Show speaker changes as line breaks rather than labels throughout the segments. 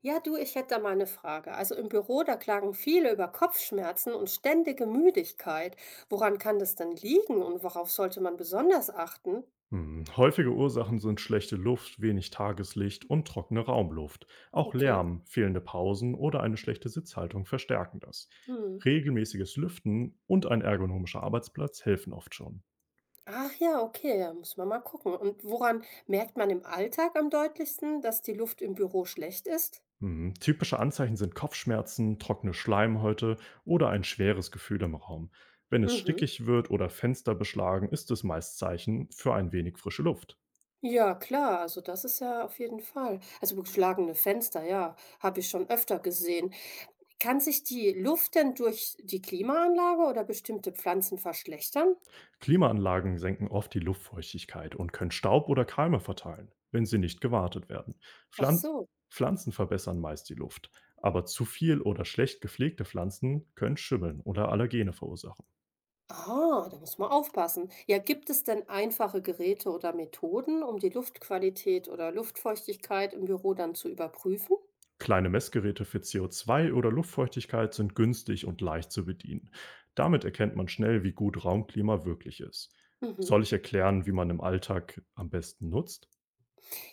Ja, du, ich hätte da mal eine Frage. Also im Büro, da klagen viele über Kopfschmerzen und ständige Müdigkeit. Woran kann das denn liegen und worauf sollte man besonders achten?
Häufige Ursachen sind schlechte Luft, wenig Tageslicht und trockene Raumluft. Auch
Okay.
Lärm, fehlende Pausen oder eine schlechte Sitzhaltung verstärken das.
Mhm.
Regelmäßiges Lüften und ein ergonomischer Arbeitsplatz helfen oft schon.
Ach ja, okay, ja, muss man mal gucken. Und woran merkt man im Alltag am deutlichsten, dass die Luft im Büro schlecht ist?
Typische Anzeichen sind Kopfschmerzen, trockene Schleimhäute oder ein schweres Gefühl im Raum. Wenn es
Mhm.
stickig wird oder Fenster beschlagen, ist es meist Zeichen für ein wenig frische Luft.
Ja, klar, also das ist ja auf jeden Fall. Also beschlagene Fenster, ja, habe ich schon öfter gesehen. Kann sich die Luft denn durch die Klimaanlage oder bestimmte Pflanzen verschlechtern?
Klimaanlagen senken oft die Luftfeuchtigkeit und können Staub oder Keime verteilen, wenn sie nicht gewartet werden.
Ach
Pflanz
so.
Pflanzen verbessern meist die Luft, aber zu viel oder schlecht gepflegte Pflanzen können Schimmeln oder Allergene verursachen.
Ah, da muss man aufpassen. Ja, gibt es denn einfache Geräte oder Methoden, um die Luftqualität oder Luftfeuchtigkeit im Büro dann zu überprüfen?
Kleine Messgeräte für CO2 oder Luftfeuchtigkeit sind günstig und leicht zu bedienen. Damit erkennt man schnell, wie gut Raumklima wirklich ist.
Mhm.
Soll ich erklären, wie man im Alltag am besten nutzt?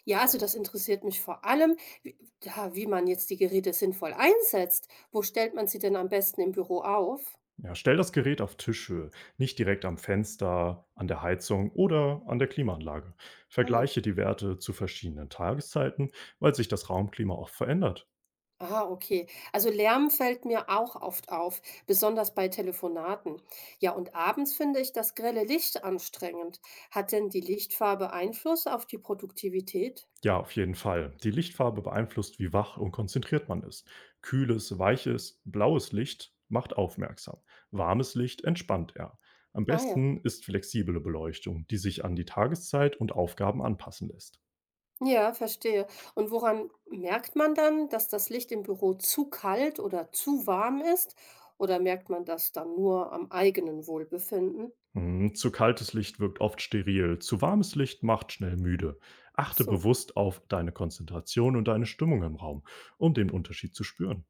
Ja, also das interessiert mich vor allem, wie, ja, wie man jetzt die Geräte sinnvoll einsetzt. Wo stellt man sie denn am besten im Büro auf?
Ja, stell das Gerät auf Tischhöhe, nicht direkt am Fenster, an der Heizung oder an der Klimaanlage.
Ah ja.
Vergleiche die Werte zu verschiedenen Tageszeiten, weil sich das Raumklima oft verändert.
Ah, okay. Also Lärm fällt mir auch oft auf, besonders bei Telefonaten. Ja, und abends finde ich das grelle Licht anstrengend. Hat denn die Lichtfarbe Einfluss auf die Produktivität?
Ja, auf jeden Fall. Die Lichtfarbe beeinflusst, wie wach und konzentriert man ist. Kühles, weiches, blaues Licht macht aufmerksam. Warmes Licht entspannt eher. Am
Ah ja.
besten ist flexible Beleuchtung, die sich an die Tageszeit und Aufgaben anpassen lässt.
Ja, verstehe. Und woran merkt man dann, dass das Licht im Büro zu kalt oder zu warm ist? Oder merkt man das dann nur am eigenen Wohlbefinden?
Mhm, Zu kaltes Licht wirkt oft steril, zu warmes Licht macht schnell müde.
Ach
Achte
so.
bewusst auf deine Konzentration und deine Stimmung im Raum, um den Unterschied zu spüren.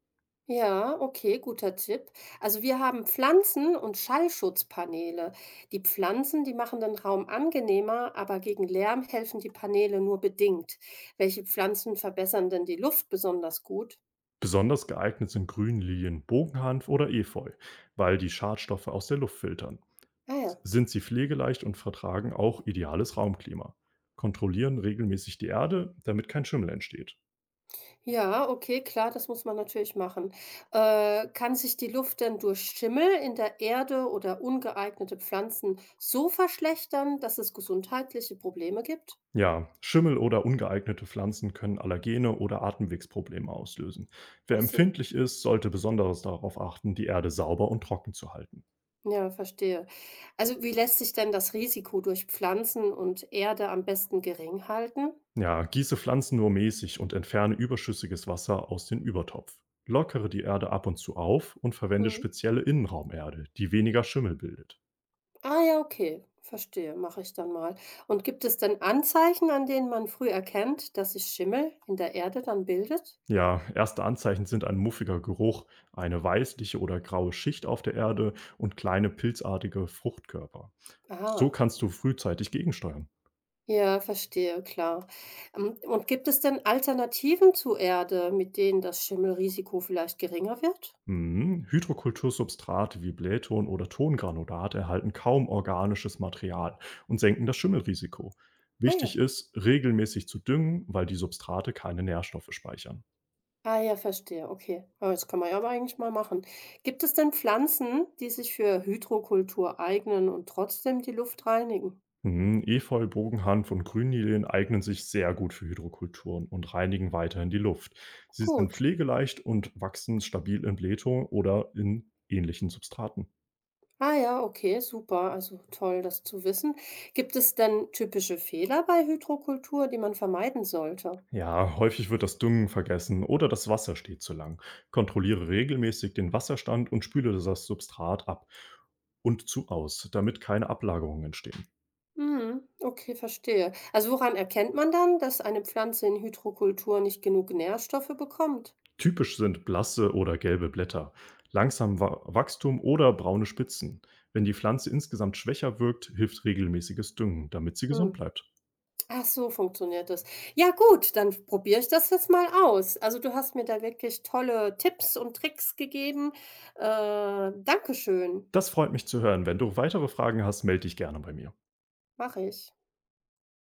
Ja, okay, guter Tipp. Also wir haben Pflanzen und Schallschutzpaneele. Die Pflanzen, die machen den Raum angenehmer, aber gegen Lärm helfen die Paneele nur bedingt. Welche Pflanzen verbessern denn die Luft besonders gut?
Besonders geeignet sind Grünlilien, Bogenhanf oder Efeu, weil die Schadstoffe aus der Luft filtern.
Ah ja.
Sind sie pflegeleicht und vertragen auch ideales Raumklima. Kontrollieren regelmäßig die Erde, damit kein Schimmel entsteht.
Ja, okay, klar, das muss man natürlich machen. Kann sich die Luft denn durch Schimmel in der Erde oder ungeeignete Pflanzen so verschlechtern, dass es gesundheitliche Probleme gibt?
Ja, Schimmel oder ungeeignete Pflanzen können Allergene oder Atemwegsprobleme auslösen. Wer
Ach so,
empfindlich ist, sollte besonders darauf achten, die Erde sauber und trocken zu halten.
ja, verstehe. Also, wie lässt sich denn das Risiko durch Pflanzen und Erde am besten gering halten?
Ja, gieße Pflanzen nur mäßig und entferne überschüssiges Wasser aus dem Übertopf. Lockere die Erde ab und zu auf und verwende
Mhm.
spezielle Innenraumerde, die weniger Schimmel bildet.
Ah ja, okay, verstehe, mache ich dann mal. Und gibt es denn Anzeichen, an denen man früh erkennt, dass sich Schimmel in der Erde dann bildet?
Ja, erste Anzeichen sind ein muffiger Geruch, eine weißliche oder graue Schicht auf der Erde und kleine pilzartige Fruchtkörper. So
Ah.
kannst du frühzeitig gegensteuern.
Ja, verstehe, klar. Und gibt es denn Alternativen zur Erde, mit denen das Schimmelrisiko vielleicht geringer wird?
Mhm. Hydrokultursubstrate wie Blähton oder Tongranulat erhalten kaum organisches Material und senken das Schimmelrisiko.
Ah ja.
Wichtig ist, regelmäßig zu düngen, weil die Substrate keine Nährstoffe speichern.
Ah ja, verstehe, okay. Ah, das kann man ja aber eigentlich mal machen. Gibt es denn Pflanzen, die sich für Hydrokultur eignen und trotzdem die Luft reinigen?
Mhm. Efeu, Bogenhanf und Grünnilien eignen sich sehr gut für Hydrokulturen und reinigen weiterhin die Luft. Sie sind
Gut.
pflegeleicht und wachsen stabil in Blähton oder in ähnlichen Substraten.
Ah ja, okay, super. Also toll, das zu wissen. Gibt es denn typische Fehler bei Hydrokultur, die man vermeiden sollte?
Ja, häufig wird das Düngen vergessen oder das Wasser steht zu lang. Kontrolliere regelmäßig den Wasserstand und spüle das Substrat ab und zu aus, damit keine Ablagerungen entstehen.
Mhm. Okay, verstehe. Also woran erkennt man dann, dass eine Pflanze in Hydrokultur nicht genug Nährstoffe bekommt?
Typisch sind blasse oder gelbe Blätter, Wachstum oder braune Spitzen. Wenn die Pflanze insgesamt schwächer wirkt, hilft regelmäßiges Düngen, damit sie gesund
Hm.
bleibt.
Ach so, funktioniert das. Ja gut, dann probiere ich das jetzt mal aus. Also du hast mir da wirklich tolle Tipps und Tricks gegeben. Äh, Dankeschön,
Das freut mich zu hören. Wenn du weitere Fragen hast, melde dich gerne bei mir.
mache ich.